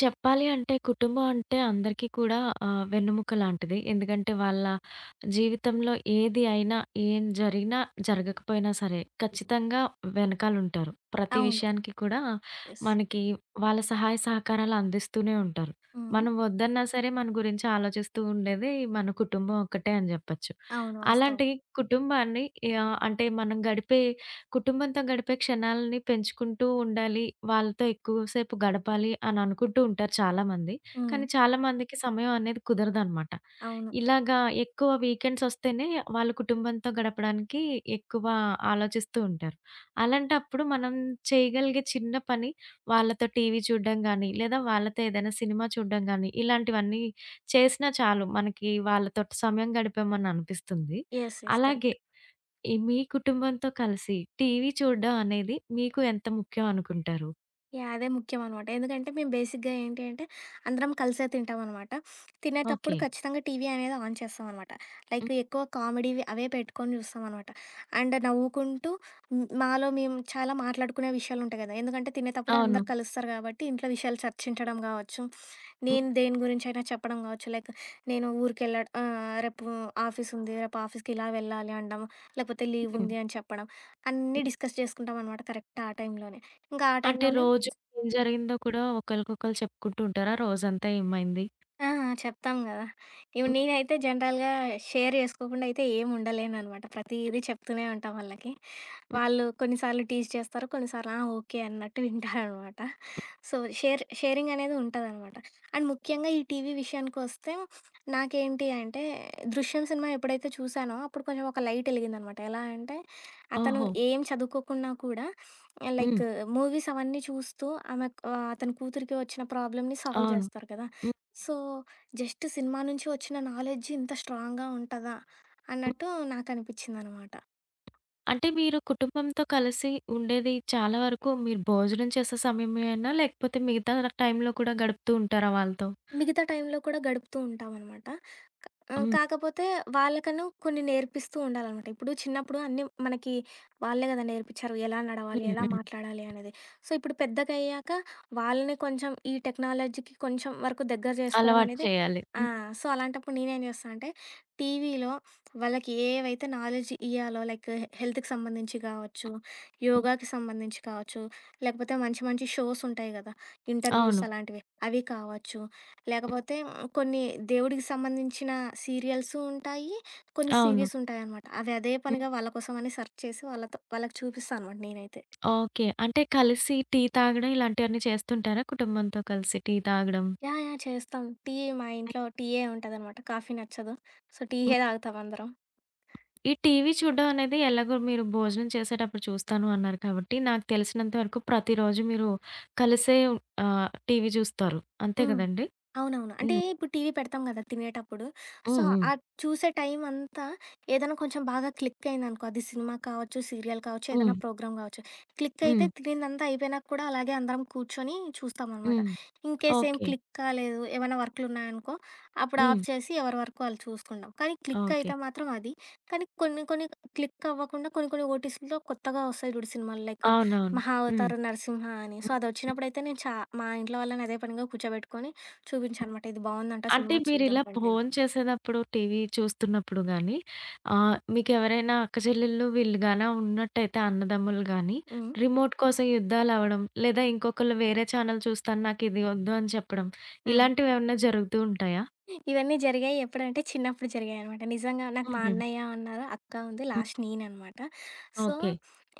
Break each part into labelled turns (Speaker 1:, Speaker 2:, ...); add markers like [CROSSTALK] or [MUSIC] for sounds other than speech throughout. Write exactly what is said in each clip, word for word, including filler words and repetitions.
Speaker 1: చెప్పాలి అంటే కుటుంబం అంటే అందరికీ కూడా ఆహ్, వెన్నెముక లాంటిది. ఎందుకంటే వాళ్ళ జీవితంలో ఏది అయినా, ఏం జరిగినా, జరగకపోయినా సరే ఖచ్చితంగా వెనకాలుంటారు. ప్రతి
Speaker 2: అవును.
Speaker 1: విషయానికి కూడా
Speaker 2: యెస్.
Speaker 1: మనకి వాళ్ళ సహాయ సహకారాలు అందిస్తూనే ఉంటారు.
Speaker 2: హ్మ్.
Speaker 1: మనం వద్దన్నా సరే మన గురించి ఆలోచిస్తూ ఉండేది మన కుటుంబం ఒక్కటే అని జెప్పొచ్చు.
Speaker 2: అవును. వాస్తవం.
Speaker 1: అలాంటి కుటుంబాన్ని ఆహ్, అంటే మనం గడిపే కుటుంబంతో గడిపే క్షణాలని పెంచుకుంటూ ఉండాలి. వాళ్ళతో ఎక్కువ సేపు గడపాలి అని అనుకుంటూ ఉంటారు చాలామంది.
Speaker 2: హ్మ్.
Speaker 1: కానీ చాలామందికి సమయం అనేది కుదరదనమాట.
Speaker 2: అవును.
Speaker 1: ఇలాగా ఎక్కువ వీకెండ్స్ ఒస్తేనే వాళ్ళు కుటుంబంతో గడపడానికి ఎక్కువ ఆలోచిస్తూ ఉంటారు. అలాంటప్పుడు మనం చేయగలిగే చిన్న పని వాళ్ళతో టీవీ చూడడం గానీ, లేదా వాళ్ళతో ఏదైనా సినిమా చూడడం గానీ, ఇలాంటివన్నీ చేసినా చాలు మనకి వాళ్ళతోటి సమయం గడిపామని అనిపిస్తుంది.
Speaker 2: యెస్. యెస్.
Speaker 1: అలాగే
Speaker 2: కరెక్ట్.
Speaker 1: ఈ మీ కుటుంబంతో కలిసి టీవీ చూడడం అనేది మీకు ఎంత ముఖ్యం అనుకుంటారు?
Speaker 2: యాహ్! అదే ముఖ్యమనమాట. ఎందుకంటే మేము బేసిక్‌గా ఏంటి అంటే అందరం కలిసే తింటామనమాట. తినేటప్పుడు
Speaker 1: ఓకే.
Speaker 2: ఖచ్చితంగా టీవీ అనేది ఆన్ చేస్తామనమాట.
Speaker 1: హ్మ్.
Speaker 2: లైక్ ఎక్కువ కామెడీవి అవే పెట్టుకొని చూస్తామనమాట. అండ్ నవ్వుకుంటూ హ్మ్, మాలో మేము చాలా మాట్లాడుకునే విషయాలుంటాయి గదా! ఎందుకంటే తినేటప్పుడే
Speaker 1: అవును.
Speaker 2: అందరూ అవును. కలుస్తారు కాబట్టి ఇంట్లో విషయాలు చర్చించడం గావచ్చు, నేను దేని గురించైనా చెప్పడం గావచ్చు. లైక్ నేను ఊరికెళ్ళ ఆహ్, రేపు ఆఫీసుంది, రేపు ఆఫీస్‌కి ఇలా వెళ్ళాలి అనడం, లేకపోతే
Speaker 1: హ్మ్.
Speaker 2: లీవుంది అని చెప్పడం, అన్నీ డిస్కస్ చేసుకుంటామనమాట కరెక్ట్‌గా ఆ టైంలోనే. ఇంకా ఆ
Speaker 1: అంటే
Speaker 2: టైంలోనే
Speaker 1: రోజు ఏం జరిగిందో కూడా ఒకళ్ళకొకళ్ళు చెప్పుకుంటూ ఉంటారా? రోజంతా ఏమైంది?
Speaker 2: ఆ! చెప్తాం గదా! ఇవి
Speaker 1: హ్మ్.
Speaker 2: నేనైతే జనరల్‌గా షేర్ జేసుకోకుండా అయితే ఏం ఉండలేననమాట. ప్రతీదీ చెప్తూనే ఉంటా వాళ్ళకి.
Speaker 1: హ్మ్.
Speaker 2: వాళ్ళు కొన్నిసార్లు టీజ్ చేస్తారు. కొన్నిసార్లు ఆ! ఓకే అన్నట్టు వింటారనమాట. సో, షేర్ షేరింగ్ అనేది ఉంటదనమాట. అండ్ ముఖ్యంగా ఈ టీవీ విషయానికొస్తే నాకేంటి అంటే 'దృశ్యం' సినిమా ఎప్పుడైతే చూసానో అప్పుడు కొంచెం ఒక లైట్ ఎలిగిందనమాట. ఎలా అంటే అతను
Speaker 1: ఓహో!
Speaker 2: ఏం చదువుకోకున్నా కూడా
Speaker 1: హ్మ్.
Speaker 2: లైక్ మూవీస్ అవన్నీ చూస్తూ ఆమె ఆహ్, అతని కూతురికి వచ్చిన ప్రాబ్లమ్‌ని సాల్వ్
Speaker 1: అవును.
Speaker 2: జేస్తారు కదా!
Speaker 1: హ్మ్.
Speaker 2: సో, జస్ట్ సినిమా నుంచి వచ్చిన నాలెడ్జ్ ఇంత స్ట్రాంగ్‌గా ఉంటదా
Speaker 1: హ్మ్.
Speaker 2: అన్నట్టు నాకనిపిచ్చిందనమాట.
Speaker 1: అంటే మీరు కుటుంబంతో కలిసి ఉండేది చాలా వరకు మీరు భోజనం చేసే సమయమేనా? లేకపోతే మిగతా టైంలో కూడా గడుపుతూ ఉంటారా వాళ్ళతో?
Speaker 2: మిగతా టైంలో కూడా గడుపుతూ ఉంటామనమాట. ఆ!
Speaker 1: హ్మ్.
Speaker 2: కాకపోతే వాళ్ళకను కొన్ని నేర్పిస్తూ ఉండాలనమాట. ఇప్పుడు చిన్నప్పుడు అన్నీ మనకి వాళ్ళే గదా నేర్పిచ్చారు. ఎలా నడవాలి?
Speaker 1: హ్మ్.
Speaker 2: ఎలా
Speaker 1: హ్మ్.
Speaker 2: మాట్లాడాలి అనేది. సో, ఇప్పుడు పెద్దగయ్యాక వాళ్ళని కొంచెం ఈ టెక్నాలజీకి కొంచెం వరకు దగ్గర జేసుకోవడం
Speaker 1: అలవాటు
Speaker 2: అనేది
Speaker 1: చేయాలి.
Speaker 2: ఆ!
Speaker 1: హ్మ్.
Speaker 2: సో, అలాంటప్పుడు నేనేం జేస్తా అంటే, టీవీలో వాళ్ళకి ఏవైతే నాలెడ్జ్ ఇయ్యాలో లైక్ హెల్త్‌కి సంబంధించి గావచ్చు,
Speaker 1: హ్మ్.
Speaker 2: యోగాకి సంబంధించి కావచ్చు, లేకపోతే మంచి మంచి షోస్ ఉంటాయి గదా! ఇంటర్వ్యూస్
Speaker 1: అవును.
Speaker 2: అలాంటివి అవి కావచ్చు. లేకపోతే హ్మ్, కొన్ని దేవుడికి సంబంధించిన సీరియల్సు ఉంటాయి. కొన్ని
Speaker 1: అవును.
Speaker 2: సీరీస్ ఉంటాయనమాట. అవి అదే పనిగా వాళ్ళ కోసం అని సెర్చ్ చేసి వాళ్ళతో వాళ్ళకి చూపిస్తా అనమాట నేనైతే.
Speaker 1: ఓకే. అంటే కలిసి టీ తాగడం ఇలాంటివన్నీ చేస్తుంటారా కుటుంబంతో కలిసి టీ తాగడం?
Speaker 2: యాహ్! యాహ్! చేస్తాం. టీ మా ఇంట్లో టీయే ఉంటదనమాట. కాఫీ నచ్చదు. సో,
Speaker 1: హ్మ్.
Speaker 2: టీయే తాగుతాం అందరం.
Speaker 1: ఈ టీవీ చూడడం అనేది ఎలాగో మీరు భోజనం చేసేటప్పుడు చూస్తాను అన్నారు కాబట్టి, నాకు తెలిసినంత వరకు ప్రతిరోజు మీరు కలిసే ఆహ్, టీవీ చూస్తారు. అంతే
Speaker 2: హ్మ్.
Speaker 1: కదండీ!
Speaker 2: అవునవును. అంటే
Speaker 1: హ్మ్.
Speaker 2: ఇప్పుడు టీవీ పెడతాం గదా! తినేటప్పుడు. సో,
Speaker 1: హ్మ్. హ్మ్.
Speaker 2: ఆహ్, చూసే టైం అంతా ఏదైనా కొంచెం బాగా క్లిక్ అయిందనుకో, అది సినిమా కావచ్చు, సీరియల్ కావచ్చు,
Speaker 1: హ్మ్.
Speaker 2: ఏదైనా ప్రోగ్రామ్ కావచ్చు. క్లిక్
Speaker 1: హ్మ్.
Speaker 2: అయితే తినిందంతా అయిపోయినాక కూడా అలాగే అందరం కూర్చొని చూస్తామనమాట.
Speaker 1: హ్మ్.
Speaker 2: ఇన్‌కేస్ ఏం
Speaker 1: ఓకే.
Speaker 2: క్లిక్ కాలేదు, ఏమైనా వర్కులున్నాయనుకో, అప్పుడు
Speaker 1: హ్మ్.
Speaker 2: ఆఫ్ చేసి ఎవరి వర్క్ వాళ్ళు చూసుకుంటాం. కానీ క్లిక్
Speaker 1: ఓకే.
Speaker 2: అయితే మాత్రం అది. కానీ కొన్ని కొన్ని క్లిక్ అవ్వకుండా కొన్ని కొన్ని ఓటీసీలో కొత్తగా వస్తాయి చూడు సినిమాలు లైక్
Speaker 1: అవునవును.
Speaker 2: మహా
Speaker 1: హ్మ్.
Speaker 2: అవతార్, నరసింహ అని. సో, అదొచ్చినప్పుడైతే నేను చా మా ఇంట్లో వాళ్ళని అదే పనిగా కూర్చోబెట్టుకొని చూపించానమాట. ఇది బావుందంట
Speaker 1: అంటే
Speaker 2: సినిమా చూద్దాం
Speaker 1: మీరిలా
Speaker 2: రండి అని.
Speaker 1: భోం చేసేదప్పుడు, టీవీ చూస్తున్నప్పుడు గానీ, ఆహ్, మీకెవరైనా అక్కచెల్లెళ్ళు వీళ్ళు గానా ఉన్నట్టయితే అన్నదమ్ములు గానీ,
Speaker 2: హ్మ్.
Speaker 1: రిమోట్ కోసం యుద్ధాలవ్వడం, లేదా ఇంకొకళ్ళు వేరే ఛానల్ చూస్తాను నాకిది ఒద్దు అని చెప్పడం,
Speaker 2: ఆ!
Speaker 1: ఇలాంటివేమన్నా జరుగుతూ ఉంటాయా?
Speaker 2: ఇవన్నీ జరిగాయి ఎప్పుడంటే చిన్నప్పుడు జరిగాయనమాట. నిజంగా నాకు మా
Speaker 1: హుహు.
Speaker 2: అన్నయ్య ఉన్నారు, అక్క ఉంది,
Speaker 1: హ్మ్.
Speaker 2: లాస్ట్ నేననమాట. So,
Speaker 1: okay.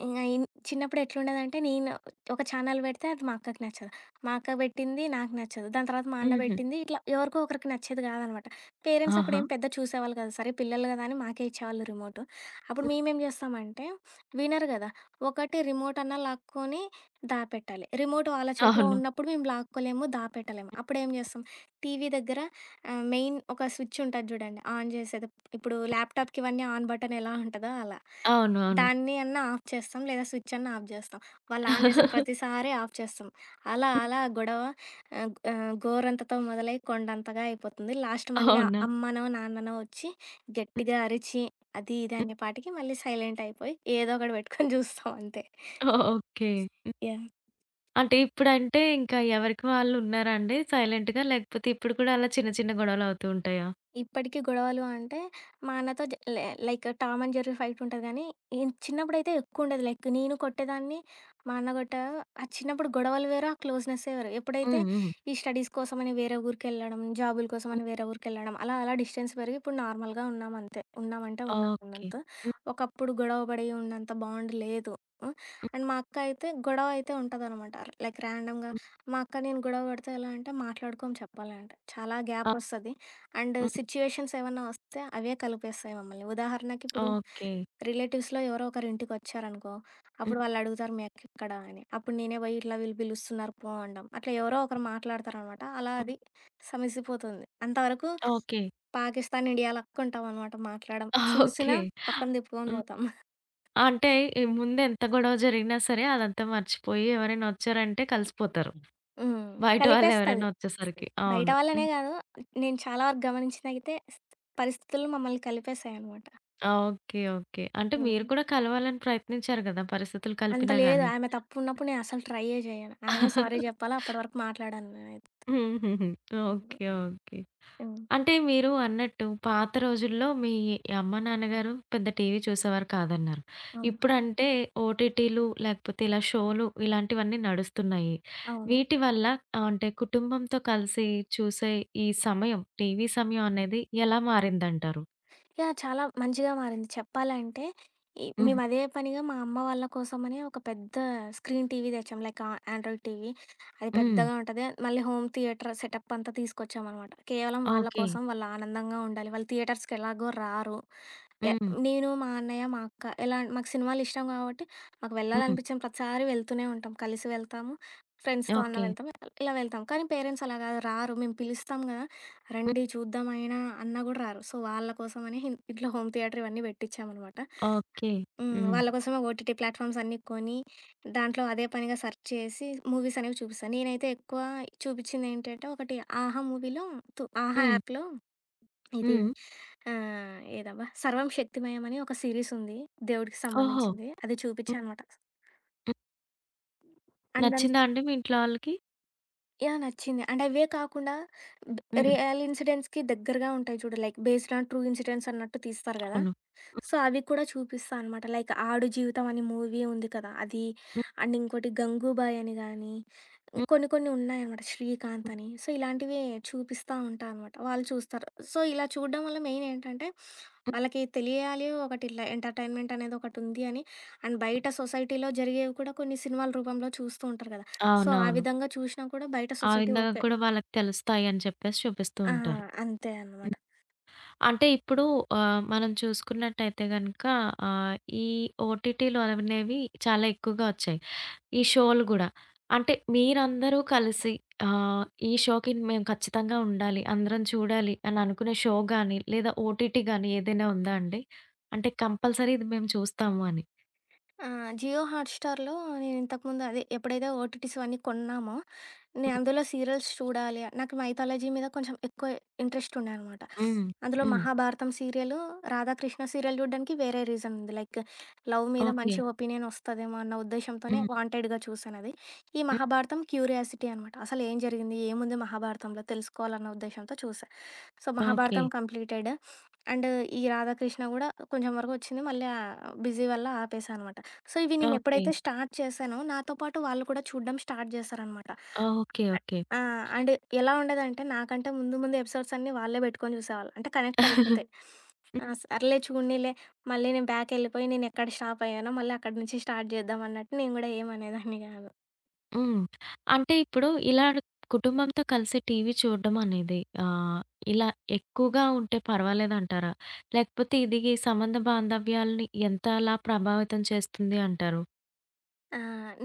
Speaker 2: ఇంగ ఇన్ చిన్నప్పుడు ఎట్లుండేదంటే నేను ఒక ఛానల్ పెడితే అది మా అక్కకి నచ్చదు. మా అక్క పెట్టింది నాకు నచ్చదు. దాని తర్వాత మా అన్న
Speaker 1: హుహు.
Speaker 2: పెట్టింది ఇట్లా ఎవరికో ఒకరికి నచ్చేది కాదనమాట. పేరెంట్స్
Speaker 1: ఆహా!
Speaker 2: అప్పుడేం పెద్ద చూసేవాళ్ళు కాదు. సరే పిల్లలు కదా అని మాకే ఇచ్చేవాళ్ళు రిమోట్. అప్పుడు
Speaker 1: హ్మ్.
Speaker 2: మేమేం చేస్తామంటే వినరు కదా! ఒకటి రిమోట్ అన్నా లాక్కొని దాపెట్టాలి. రిమోట్ వాళ్ళ చేతిలో
Speaker 1: అవును.
Speaker 2: ఉన్నప్పుడు మేము లాక్కోలేము, దాపెట్టలేము. అప్పుడేం చేస్తాం టీవీ దగ్గర ఆ! మెయిన్ ఒక స్విచ్ ఉంటది జూడండి. ఆన్ జేసేది. ఇప్పుడు ల్యాప్‌టాప్‌కి ఇవన్నీ ఆన్ బటన్ ఎలా ఉంటదో అలా.
Speaker 1: అవును. అవును.
Speaker 2: దాన్ని అన్నా ఆఫ్ చేస్తాం. లేదా స్విచ్ అన్నా ఆఫ్ జేస్తాం. వాళ్ళు ఆన్ జేసిన ప్రతిసారి ఆఫ్ చేస్తాం. అలా
Speaker 1: హ్మ్.
Speaker 2: అలా గొడవ ఆహ్, ఆహ్, గోరంతతో మొదలై కొండంతగా అయిపోతుంది. లాస్ట్ మళ్ళీ హ్మ్.
Speaker 1: అవునా?
Speaker 2: అమ్మనో, నాన్ననో వచ్చి గట్టిగా అరిచి అది ఇది
Speaker 1: హ్మ్.
Speaker 2: అనే పాటికి మళ్ళీ సైలెంట్ అయిపోయి ఏదో ఒకటి పెట్టుకొని జూస్తాం అంతే.
Speaker 1: ఓకే. హ్మ్.
Speaker 2: యాహ్!
Speaker 1: అంటే ఇప్పుడంటే ఇంకా ఎవరికి వాళ్ళు ఉన్నారా అండి సైలెంట్‌గా? లేకపోతే ఇప్పుడు కూడా అలా చిన్న చిన్న గొడవలవుతూ ఉంటాయా?
Speaker 2: ఇప్పటికి గొడవలు అంటే, మా అన్నతో జ లే like 'Tom and Jerry' fight ఉంటది గానీ, ఏం చిన్నప్పుడైతే ఎక్కువుండేది. లైక్ నేను కొట్టేదాన్ని, మా అన్న కొట్టేవారు. ఆ చిన్నప్పుడు గొడవలు వేరు, ఆ క్లోజ్‌నెస్సే వేరు. ఎప్పుడైతే
Speaker 1: హ్మ్. హ్మ్.
Speaker 2: ఈ స్టడీస్ కోసమని వేరే ఊరికెళ్ళడం, జాబుల కోసమని
Speaker 1: హ్మ్.
Speaker 2: వేరే ఊరికెళ్ళడం, అలా అలా డిస్టెన్స్ పెరిగి ఇప్పుడు నార్మల్‌గా ఉన్నాం అంతే. ఉన్నామంటే ఉన్నాం
Speaker 1: ఓకే.
Speaker 2: అన్నంత.
Speaker 1: హ్మ్.
Speaker 2: ఒకప్పుడు గొడవ పడి ఉన్నంత బాండ్ లేదు. హ్మ్.
Speaker 1: హ్మ్.
Speaker 2: అండ్ మా అక్క అయితే గొడవ అయితే ఉంటదనమాట. లైక్ ర్యాండమ్‌గా
Speaker 1: హ్మ్.
Speaker 2: మా అక్క నేను గొడవ పడితే ఎలా అంటే, మాట్లాడుకోము చెప్పాలంటే. చాలా
Speaker 1: ఆ!
Speaker 2: గ్యాపొస్తది. అండ్
Speaker 1: హ్మ్.
Speaker 2: సిట్యుయేషన్స్ ఏమన్నా వస్తే అవే కలిపేస్తాయి మమ్మల్ని. ఉదాహరణకి ఇప్పుడు
Speaker 1: ఓకే.
Speaker 2: రిలేటివ్స్‌లో ఎవరో ఒకరు ఇంటికొచ్చారనుకో,
Speaker 1: హ్మ్.
Speaker 2: అప్పుడు వాళ్ళడుగుతారు మీ అక్కెక్కడ అని. అప్పుడు నేనే పోయి ఇట్లా వీళ్ళు పిలుస్తున్నారు పో అనడం. అట్లా ఎవరో ఒకరు మాట్లాడతారనమాట. అలా
Speaker 1: హ్మ్.
Speaker 2: అది సమసిపోతుంది. అంతవరకు
Speaker 1: ఓకే.
Speaker 2: పాకిస్తాన్, ఇండియా లక్కుంటామనమాట మాట్లాడడం.
Speaker 1: ఓకే.
Speaker 2: చూసినా పక్కన తిప్పుకొని
Speaker 1: హ్మ్.
Speaker 2: పోతాం.
Speaker 1: అంటే ఈ ముందు ఎంత గొడవ జరిగినా సరే అదంతా మర్చిపోయి ఎవరైనా వచ్చారంటే కలిసిపోతారు.
Speaker 2: హ్మ్.
Speaker 1: బయట వాళ్ళు
Speaker 2: కలిపేస్తది.
Speaker 1: ఎవరైనా వచ్చేసరికి.
Speaker 2: బయట
Speaker 1: అవును.
Speaker 2: వాళ్ళనే
Speaker 1: హ్మ్.
Speaker 2: గాదు. నేను చాలా వరకు గమనించిందయితే పరిస్థితులు మమ్మల్ని కలిపేసాయనమాట.
Speaker 1: ఓకే. ఓకే. అంటే
Speaker 2: హ్మ్.
Speaker 1: మీరు కూడా కలవాలని ప్రయత్నించారు గదా! పరిస్థితులు
Speaker 2: అంత
Speaker 1: కలిపినా
Speaker 2: లేదు.
Speaker 1: గాని.
Speaker 2: ఆమె తప్పున్నప్పుడు నేనసలు ట్రైయే జేయను. ఆమె హ్మ్. సారీ
Speaker 1: [LAUGHS]
Speaker 2: జెప్పాలా అప్పటి వరకు మాట్లాడను నేనైతే.
Speaker 1: హుహుహు. ఓకే. ఓకే.
Speaker 2: హ్మ్.
Speaker 1: అంటే మీరు అన్నట్టు పాత రోజుల్లో మీ అమ్మ నాన్నగారు పెద్ద టీవీ చూసేవారు కాదన్నారు.
Speaker 2: అవును.
Speaker 1: ఇప్పుడంటే ఓటీటీలు లేకపోతే ఇలా షోలు ఇలాంటివన్నీ నడుస్తున్నాయి.
Speaker 2: అవును.
Speaker 1: వీటి వల్ల ఆహ్, అంటే కుటుంబంతో కలిసి చూసే ఈ సమయం టీవీ సమయం అనేది ఎలా మారిందంటారు?
Speaker 2: యాహ్! చాలా మంచిగా మారింది. చెప్పాలంటే ఈ
Speaker 1: హ్మ్.
Speaker 2: మేము అదే పనిగా మా అమ్మ వాళ్ళ కోసమని ఒక పెద్ద స్క్రీన్ టీవీ తెచ్చాం. లైక్ ఆ ఆండ్రాయిడ్ టీవీ. అది
Speaker 1: హ్మ్.
Speaker 2: పెద్దగా ఉంటది. మళ్ళీ హోమ్ థియేటర్ సెటప్ అంతా తీసుకొచ్చామనమాట. కేవలం వాళ్ళ
Speaker 1: ఓకే.
Speaker 2: కోసం వాళ్ళు ఆనందంగా ఉండాలి. వాళ్ళు థియేటర్స్‌కి ఎలాగో రారు. ఎ
Speaker 1: హ్మ్.
Speaker 2: నేను, మా అన్నయ్య, మా అక్క ఎలా మాకు సినిమాలు ఇష్టం కాబట్టి మాకు
Speaker 1: హ్మ్.
Speaker 2: వెళ్ళాలనిపించిన ప్రతిసారి వెళ్తూనే ఉంటాం. కలిసి వెళ్తాము. ఫ్రెండ్స్‌తో అన్నా
Speaker 1: ఓకే.
Speaker 2: ఓకే. వెళ్తాము. ఇలా వెళ్తాం. కానీ పేరెంట్స్ అలా కాదు రారు. మేము పిలుస్తాం కదా!
Speaker 1: హ్మ్.
Speaker 2: రండి చూద్దామైనా అన్నా గూడా రారు. సో, వాళ్ళ కోసమని హిన్ ఇంట్లో హోమ్ థియేటర్ ఇవన్నీ పెట్టిచ్చామనమాట.
Speaker 1: ఓకే.
Speaker 2: హ్మ్.
Speaker 1: హ్మ్.
Speaker 2: వాళ్ళ కోసమే ఓటీటీ ప్లాట్‌ఫామ్స్ అన్నీ కొని, దాంట్లో అదే పనిగా సెర్చ్ చేసి మూవీస్ అనేవి చూపిస్తా. నేనైతే ఎక్కువ చూపిచ్చిందేంటంటే, ఒకటి 'ఆహా' మూవీలో తు 'ఆహా'
Speaker 1: హ్మ్.
Speaker 2: యాప్‌లో ఇది
Speaker 1: హ్మ్.
Speaker 2: ఆహ్, ఏదబ్బా 'సర్వం శక్తిమయం' అని ఒక సిరీస్ ఉంది. దేవుడికి
Speaker 1: ఓహో!
Speaker 2: సంబంధించింది. అది చూపిచ్చా
Speaker 1: హ్మ్.
Speaker 2: అనమాట.
Speaker 1: హ్మ్.
Speaker 2: అండ్ దాని
Speaker 1: నచ్చిందా అండి మీ ఇంట్లో వాళ్ళకి?
Speaker 2: యాహ్! నచ్చింది. అండ్ అవే కాకుండా డ్
Speaker 1: హ్మ్.
Speaker 2: రియల్ ఇన్సిడెంట్స్‌కి దగ్గరగా ఉంటాయి చూడు. Like based on true incidents అన్నట్టు తీస్తారు గదా!
Speaker 1: అవును. హ్మ్.
Speaker 2: సో, అవి కూడా చూపిస్తా అనమాట. లైక్ 'ఆడు జీవితం' అని మూవీ ఉంది కదా! అది.
Speaker 1: హ్మ్.
Speaker 2: అండ్ ఇంకోటి 'గంగూబాయ్' అని గాని,
Speaker 1: హ్మ్.
Speaker 2: కొన్ని కొన్ని ఉన్నాయనమాట 'శ్రీకాంత్' అని. సో, ఇలాంటివి చూపిస్తా ఉంటా అనమాట. వాళ్ళు చూస్తారు. సో, ఇలా చూడడం వల్ల మెయిన్ ఏంటంటే, వాళ్ళకి తెలియాలి ఒకటి ఇట్లా ఎంటర్‌టైన్‌మెంట్ అనేది ఒకటుంది అని. అండ్ బయట సొసైటీలో జరిగేవి కూడా కొన్ని సినిమాల రూపంలో చూస్తూ ఉంటారు కదా! సో, ఆ
Speaker 1: అవునవును.
Speaker 2: విధంగా చూషినా కూడా బయట
Speaker 1: ఆ
Speaker 2: సొసైటీ
Speaker 1: విధంగా
Speaker 2: ఓకే.
Speaker 1: కూడా వాళ్ళకి తెలుస్తాయి అని చెప్పేసి చూపిస్తూ
Speaker 2: ఆ!
Speaker 1: ఉంటారు.
Speaker 2: అంతే అనమాట.
Speaker 1: హ్మ్. అంటే ఇప్పుడు ఆహ్, మనం చూసుకున్నట్టయితే గనక ఆహ్, ఈ ఓటీటీలు అనేవి చాలా ఎక్కువగా వచ్చాయి. ఈ షోలు గూడా. అంటే మీరందరూ కలిసి ఆహ్, ఈ షోకి మేము ఖచ్చితంగా ఉండాలి. అందరం చూడాలి అని అనుకునే షో గాని, లేదా ఓటీటీ గాని ఏదైనా ఉందా అండి? అంటే కంపల్సరీ ఇది మేము చూస్తాము అని.
Speaker 2: ఆ! జియో హాట్‌స్టార్‌లో నేనింతకుముందు అదే ఎప్పుడైతే ఓటీటీస్ అవన్నీ కొన్నామో నేను
Speaker 1: హ్మ్.
Speaker 2: అందులో సీరియల్స్ చూడాలి. నాకు మైథాలజీ మీద కొంచెం ఎక్కువ ఇంట్రెస్ట్ ఉండే అనమాట.
Speaker 1: హ్మ్.
Speaker 2: అందులో
Speaker 1: హ్మ్.
Speaker 2: 'మహాభారతం' సీరియలు, 'రాధాకృష్ణ' సీరియల్ చూడడానికి వేరే రీజన్ ఉంది. లైక్ లవ్ మీద
Speaker 1: ఓకే.
Speaker 2: మంచి ఒపీనియన్ వస్తదేమో అన్న ఉద్దేశ్యంతోనే
Speaker 1: హ్మ్.
Speaker 2: వాంటెడ్‌గా చూసానది. ఈ
Speaker 1: హ్మ్.
Speaker 2: 'మహాభారతం' క్యూరియాసిటీ అనమాట. అసలు ఏం జరిగింది? ఏముంది 'మహాభారతంలో?' తెలుసుకోవాలన్న ఉద్దేశ్యంతో చూసా. So,
Speaker 1: okay.
Speaker 2: 'Mahabharatam' completed. And ఈ 'రాధాకృష్ణ' కూడా కొంచెం వరకు వచ్చింది. మళ్ళీ ఆహ్, బిజీ వల్ల ఆపేసా అనమాట. సో, ఇవి నేను
Speaker 1: ఓకే.
Speaker 2: ఎప్పుడైతే స్టార్ట్ చేశానో నాతో పాటు వాళ్ళు కూడా చూడడం స్టార్ట్ చేశారనమాట.
Speaker 1: ఓకే.
Speaker 2: Uh
Speaker 1: okay.
Speaker 2: ఆ! అండ్ ఎలా ఉండేదంటే, నాకంటే ముందు ముందు ఎపిసోడ్స్ అన్నీ వాళ్ళే పెట్టుకొని చూసేవాళ్ళు. అంటే కనెక్ట్ అయిపోతాయి.
Speaker 1: [LAUGHS]
Speaker 2: ఆ! సర్లే చూడనీలే, మళ్ళీ నేను బ్యాకెళ్ళిపోయి నేనెక్కడ స్టాప్ అయ్యానో మళ్ళీ అక్కడి నుంచి స్టార్ట్ చేద్దాం అన్నట్టు నేను గూడా ఏమనేదాన్ని గాదు.
Speaker 1: హ్మ్. అంటే ఇప్పుడు ఇలా కుటుంబంతో కలిసి టీవీ చూడడం అనేది ఆహ్, ఇలా ఎక్కువగా ఉంటే పర్వాలేదంటారా? లేకపోతే ఇది సంబంధ బాంధవ్యాలని ఎంతలా ప్రభావితం చేస్తుంది అంటారు?
Speaker 2: ఆ!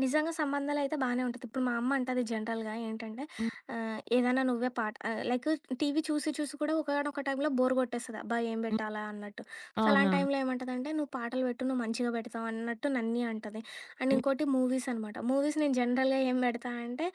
Speaker 2: నిజంగా సంబంధాలయితే బానే ఉంటది. ఇప్పుడు మా అమ్మ అంటది జనరల్‌గా ఏంటంటే
Speaker 1: హ్మ్.
Speaker 2: ఆహ్, ఏదైనా నువ్వే పాట ఆహ్, లైక్ టీవీ చూసి చూసి కూడా ఒకానొక టైంలో బోర్ కొట్టేస్తది. అబ్బా! ఏం
Speaker 1: హ్మ్.
Speaker 2: పెట్టాలా అన్నట్టు. సో, అలాంటి
Speaker 1: అవునవును.
Speaker 2: టైంలో ఏమంటదంటే, "నువ్వు పాటలు పెట్టు. నువ్వు మంచిగా పెడతావు" అన్నట్టు నన్ని అంటది. అండ్
Speaker 1: హ్మ్.
Speaker 2: ఇంకోటి మూవీస్ అనమాట. మూవీస్ నేను జనరల్‌గా ఏం పెడతా అంటే,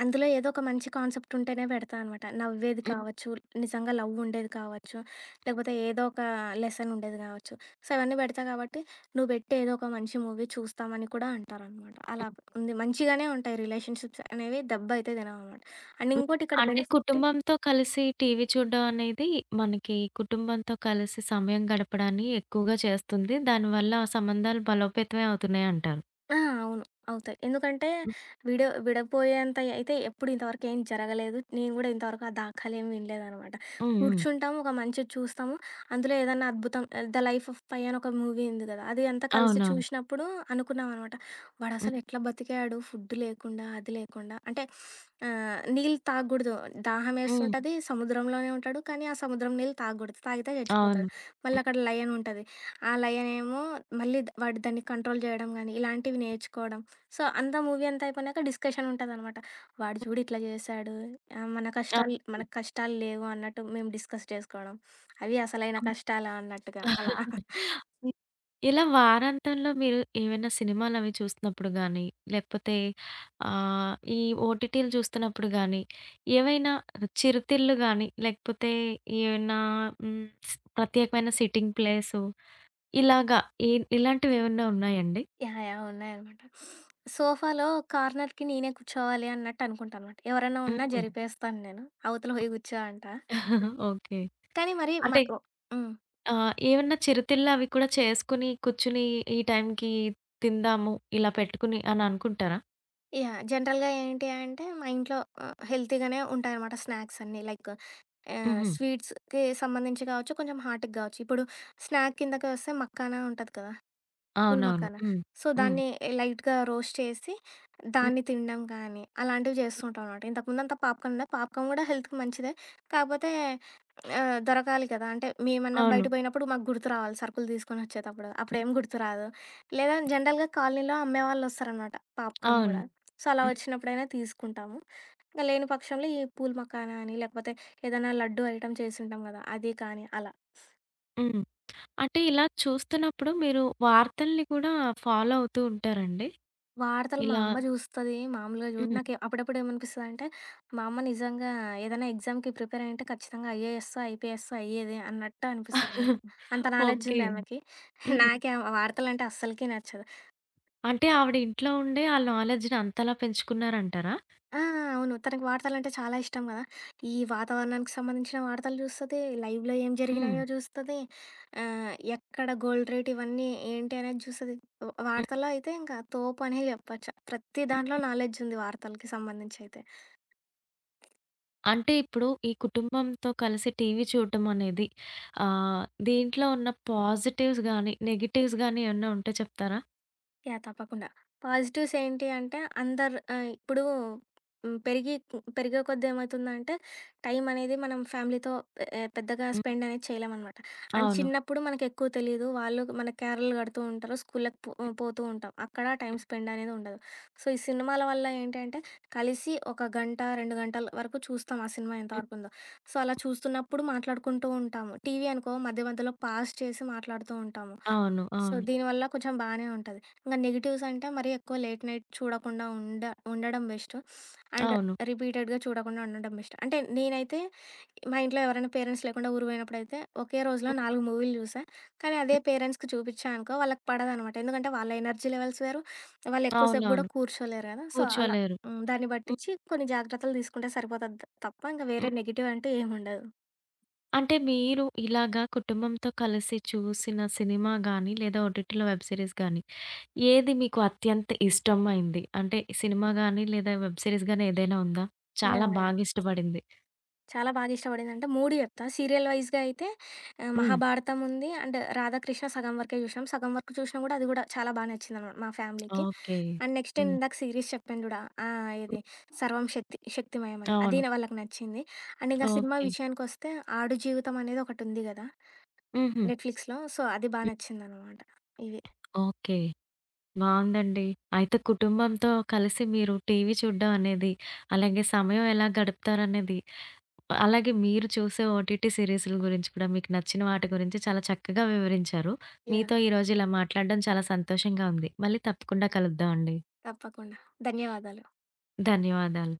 Speaker 2: అందులో ఏదో ఒక మంచి కాన్సెప్ట్ ఉంటేనే పెడతా అనమాట. నవ్వేది
Speaker 1: హ్మ్.
Speaker 2: కావచ్చు, నిజంగా లవ్ ఉండేది కావచ్చు, లేకపోతే ఏదో ఒక లెసన్ ఉండేది కావచ్చు. సో, అవన్నీ పెడతా కాబట్టి నువ్వు పెట్టే ఏదో ఒక మంచి మూవీ చూస్తామని కూడా అంటారనమాట. అలా ఉంది. మంచిగానే ఉంటాయి రిలేషన్‌షిప్స్ అనేవి దెబ్బ అయితే తినవనమాట. అండ్
Speaker 1: హ్మ్.
Speaker 2: ఇంకోటి ఇక్కడ
Speaker 1: అంటే
Speaker 2: బెనిఫిట్
Speaker 1: కుటుంబంతో కలిసి టీవీ చూడడం అనేది మనకి కుటుంబంతో కలిసి సమయం గడపడాన్ని ఎక్కువగా చేస్తుంది. దానివల్ల సంబంధాలు బలోపేతమే అవుతున్నాయి అంటారు.
Speaker 2: ఆ! అవును. అవుతాయి. ఎందుకంటే
Speaker 1: హ్మ్.
Speaker 2: విడ విడపోయేంత అయితే ఎప్పుడు ఇంతవరకు ఏం జరగలేదు. నేను గూడా ఇంతవరకు ఆ దాఖలేం వినలేదనమాట.
Speaker 1: హ్మ్.
Speaker 2: కూర్చుంటాము, ఒక మంచిది చూస్తాము. అందులో ఏదన్నా అద్భుతం 'ద లైఫ్ ఆఫ్ పై' అని ఒక మూవీ ఉంది గదా! అది అంతా కలిసి అవును.
Speaker 1: అవునవును.
Speaker 2: చూసినప్పుడు అనుకున్నామనమాట.
Speaker 1: హ్మ్.
Speaker 2: వాడసలు ఎట్లా బతికాడు ఫుడ్ లేకుండా, అది లేకుండా. అంటే ఆహ్, నీళ్ళు తాగకూడదు. హ్మ్.
Speaker 1: హ్మ్.
Speaker 2: దాహమేస్తుంటది, సముద్రంలోనే ఉంటాడు. కానీ ఆ సముద్రం నీళ్ళు తాగకూడదు. తాగితే
Speaker 1: అవును.
Speaker 2: చచ్చిపోతాడు.
Speaker 1: హ్మ్.
Speaker 2: మళ్ళక్కడ లయన్ ఉంటది. ఆ లయనేమో మళ్ళీ ద వాడు దాన్ని కంట్రోల్ జేయడం గానీ, ఇలాంటివి నేర్చుకోవడం. సో, అంతా మూవీ అంతా అయిపోయినాక డిస్కషన్ ఉంటదనమాట. వాడు చూడు ఇట్లా జేశాడు. ఆహ్, మన కష్టాలు
Speaker 1: అవును.
Speaker 2: మనకు కష్టాలు లేవు అన్నట్టు మేము డిస్కస్ చేసుకోవడం. అవి అసలైన కష్టాలా అన్నట్టుగా అలా.
Speaker 1: హ్మ్. ఇలా వారాంతంలో మీరు ఏవైనా సినిమాలవి చూస్తున్నప్పుడు గానీ, లేకపోతే ఆహ్, ఈ ఓటీటీలు చూస్తున్నప్పుడు గానీ, ఏవైనా చిరుతిళ్ళు గానీ, లేకపోతే ఏవైనా హ్మ్. స్ ప్రత్యేకమైన సిట్టింగ్ ప్లేసు ఇలాగా ఇ ఇలాంటివేవన్నా ఉన్నాయండి?
Speaker 2: యాహ్! యాహ్! ఉన్నాయనమాట. సోఫాలో కార్నర్‌కి నేనే కూర్చోవాలి అన్నట్టు అనుకుంటా అనమాట. ఎవరైనా ఉన్నా
Speaker 1: హుహు.
Speaker 2: జరిపేస్తాను నేను. అవతల పోయి కూర్చో అంట.
Speaker 1: [LAUGHS] ఓకే.
Speaker 2: కానీ మరి మ
Speaker 1: అంటే
Speaker 2: ఒ హ్మ్.
Speaker 1: ఆహ్, ఏవన్నా చిరుతిళ్ళు అవి కూడా చేసుకొని, కూర్చుని ఈ టైంకి తిందాము, ఇలా పెట్టుకుని అని అనుకుంటారా?
Speaker 2: యాహ్! జనరల్‌గా ఏంటి అంటే మా ఇంట్లో ఆహ్, హెల్తీగానే ఉంటాయనమాట స్నాక్స్ అన్నీ. లైక్ ఆహ్,
Speaker 1: హుహు.
Speaker 2: స్వీట్స్‌కి సంబంధించి కావచ్చు, కొంచెం హాట్‌కి కావచ్చు. ఇప్పుడు స్నాక్ కిందకి వస్తే మక్కానా ఉంటది కదా! కూల్ హ్మ్.
Speaker 1: అవునవును.
Speaker 2: మక్కానా.
Speaker 1: హ్మ్.
Speaker 2: సో,
Speaker 1: హ్మ్.
Speaker 2: దాన్ని లైట్‌గా రోస్ట్ చేసి,
Speaker 1: హ్మ్.
Speaker 2: దాన్ని తినడం కానీ, అలాంటివి చేస్తుంటాం అనమాట. ఇంతకుముందంతా పాప్‌కార్న్ ఉండే. పాప్‌కార్న్ కూడా హెల్త్‌కి మంచిదే. కాకపోతే ఆహ్, దొరకాలి కదా! అంటే మేమన్నా
Speaker 1: అవును.
Speaker 2: బయట పోయినప్పుడు మాకు గుర్తు రావాలి సరుకులు తీసుకొని వచ్చేటప్పుడు. అప్పుడేం గుర్తు రాదు. లేదా జనరల్‌గా కాలనీలో అమ్మేవాళ్ళొస్తారనమాట పాప్‌కార్న్
Speaker 1: అవును.
Speaker 2: కూడా. హ్మ్. సో, అలా
Speaker 1: హ్మ్.
Speaker 2: వచ్చినప్పుడైనా తీసుకుంటాము. ఇంక లేని పక్షంలో ఈ పూల్ మఖానా అని, లేకపోతే ఏదైనా లడ్డు ఐటెమ్ చేసుంటాం గదా! అది కానీ అలా.
Speaker 1: హ్మ్. అంటే ఇలా చూస్తున్నప్పుడు మీరు వార్తల్ని కూడా ఫాలో అవుతూ ఉంటారండి?
Speaker 2: వార్తలు మా
Speaker 1: ఇలా
Speaker 2: అమ్మ జూస్తది. మామూలుగా జూడను.
Speaker 1: హ్మ్.
Speaker 2: నాకు ఏ- అప్పుడప్పుడు ఏమనిపిస్తదంటే, మా అమ్మ నిజంగా ఏదైనా ఎగ్జామ్‌కి ప్రిపేర్ అయ్యుంటే ఖచ్చితంగా ఐఏఎస్సో, ఐపీఎస్సో అయ్యేది అన్నట్టు అనిపిస్తదనమాట.
Speaker 1: [LAUGHS]
Speaker 2: అంత నాలెడ్జ్
Speaker 1: ఓకే.
Speaker 2: ఉంది ఆమెకి.
Speaker 1: హ్మ్.
Speaker 2: నాకే వార్తలంటే అస్సలకి నచ్చదు.
Speaker 1: అంటే ఆవిడ ఇంట్లో ఉండే ఆ నాలెడ్జ్‌ని అంతలా పెంచుకున్నారంటారా?
Speaker 2: ఆ! అవును. తనకి వార్తలంటే చాలా ఇష్టం గదా! ఈ వాతావరణానికి సంబంధించిన వార్తలు జూస్తది, లైవ్‌లో ఏం
Speaker 1: హ్మ్.
Speaker 2: జరిగినాయో జూస్తది, ఆహ్, ఎక్కడ గోల్డ్ రేట్ ఇవన్నీ ఏంటి అనేది జూస్తది. వ
Speaker 1: హ్మ్.
Speaker 2: వార్తల్లో అయితే ఇంకా తోపనే జెప్పొచ్చు. ప్రతి
Speaker 1: హ్మ్.
Speaker 2: దాంట్లో నాలెడ్జ్ ఉంది వార్తలకి సంబంధించి అయితే.
Speaker 1: అంటే ఇప్పుడు ఈ కుటుంబంతో కలిసి టీవీ చూడటం అనేది ఆహ్, దీంట్లో ఉన్న పాజిటివ్స్ గాని, నెగెటివ్స్ గాని ఏమన్నా ఉంటే చెప్తారా?
Speaker 2: యాహ్! తప్పకుండా. పాజిటివ్స్ ఏంటి అంటే అందరు ఆహ్, ఇప్పుడు హ్మ్, పెరిగి పెరిగే కొద్దీ ఏమైతుందంటే టైం అనేది మనం ఫ్యామిలీతో ఆహ్, పెద్దగా
Speaker 1: హ్మ్.
Speaker 2: స్పెండ్ అనేది చేయలేమనమాట. అండ్ అవును.
Speaker 1: అవును.
Speaker 2: చిన్నప్పుడు మనకెక్కువ తెలీదు. వాళ్ళు మన కేరళలు కడుతూ ఉంటారు. స్కూల్‌లకి పో పోతూ ఉంటాం. అక్కడ టైం స్పెండ్ అనేది ఉండదు. సో, ఈ సినిమాల వల్ల ఏంటంటే కలిసి ఒక గంట, రెండు గంటల వరకు చూస్తాం ఆ సినిమా
Speaker 1: హ్మ్.
Speaker 2: ఎంతవరకుందో. సో, అలా చూస్తున్నప్పుడు మాట్లాడుకుంటూ ఉంటాము. టీవీ అనుకో మధ్య మధ్యలో పాజ్ చేసి మాట్లాడుతూ ఉంటాము.
Speaker 1: అవును.
Speaker 2: సో,
Speaker 1: అవును.
Speaker 2: దీనివల్ల కొంచెం బానే ఉంటది. ఇంక నెగెటివ్స్ అంటే మరీ ఎక్కువ లేట్ నైట్ చూడకుండా ఉండ ఉండడం బెస్ట్. అండ్
Speaker 1: అవును.
Speaker 2: రిపీటెడ్‌గా చూడకుండా ఉండడం బెస్ట్. అంటే నేనైతే మా ఇంట్లో ఎవరైనా పేరెంట్స్ లేకుండా ఊరు పోయినప్పుడైతే ఒకే రోజులో
Speaker 1: హ్మ్.
Speaker 2: నాలుగు మూవీలు చూసా. కానీ అదే పేరెంట్స్‌కి చూపిచ్చా అనుకో వాళ్ళకి పడదనమాట. ఎందుకంటే వాళ్ళ ఎనర్జీ లెవెల్స్ వేరు. వాళ్ళు ఎక్కువసేపు గూడా
Speaker 1: అవునవును.
Speaker 2: కూర్చోలేరు గదా! సో, అలా.
Speaker 1: కూర్చోలేరు.
Speaker 2: హ్మ్. దాన్ని
Speaker 1: హ్మ్.
Speaker 2: బట్టిచ్చి కొన్ని జాగ్రత్తలు తీసుకుంటే సరిపోతది తప్ప ఇంక
Speaker 1: హ్మ్.
Speaker 2: వేరే నెగెటివ్ అంటూ ఏముండదు.
Speaker 1: అంటే మీరు ఇలాగా కుటుంబంతో కలిసి చూసిన సినిమా గాని, లేదా ఓటీటీలో వెబ్ సీరీస్ గాని, ఏది మీకు అత్యంత ఇష్టమైంది? అంటే సినిమా గాని, లేదా వెబ్ సీరీస్ గాని ఏదైనా ఉందా? చాలా
Speaker 2: యాహ్! యాహ్!
Speaker 1: బాగా ఇష్టపడింది.
Speaker 2: చాలా బాగా ఇష్టపడిందంటే మూడు చెప్తా. సీరియల్ వైస్‌గా అయితే ఆహ్,
Speaker 1: హ్మ్.
Speaker 2: 'మహాభారతం' ఉంది. అండ్ 'రాధాకృష్ణ' సగం వరకే చూసినాం. సగం వరకు చూసినా కూడా అది కూడా చాలా బా నచ్చిందనమాట మా ఫ్యామిలీకి.
Speaker 1: ఓకే.
Speaker 2: అండ్ నెక్స్ట్ నేను
Speaker 1: హ్మ్.
Speaker 2: ఇందాక సిరీస్ చెప్పాను చూడు. ఆ!
Speaker 1: హ్మ్.
Speaker 2: ఇది 'సర్వం శక్తి శక్తిమయం' అని. అది
Speaker 1: అవును.
Speaker 2: నా- వాళ్ళకి నచ్చింది. అండ్ ఇంక సినిమా
Speaker 1: ఓకే.
Speaker 2: విషయానికొస్తే 'ఆడు జీవితం' అనేది ఒకటుంది కదా!
Speaker 1: హుహు.
Speaker 2: నెట్‌ఫ్లిక్స్‌లో. సో, అది బా
Speaker 1: హ్మ్.
Speaker 2: నచ్చిందనమాట. ఇవి.
Speaker 1: ఓకే. బావుందండి. అయితే కుటుంబంతో కలిసి మీరు టీవీ చూడ్డం అనేది, అలాగే సమయం ఎలా గడుపుతారనేది అలాగే మీరు చూసే ఓటీటీ సీరీస్‌ల గురించి కూడా మీకు నచ్చిన వాటి గురించి చాలా చక్కగా వివరించారు.
Speaker 2: యాహ్!
Speaker 1: మీతో ఈరోజు ఇలా మాట్లాడడం చాలా సంతోషంగా ఉంది. మళ్ళీ తప్పకుండా కలుద్దాం అండి.
Speaker 2: తప్పకుండా. ధన్యవాదాలు.
Speaker 1: ధన్యవాదాలు.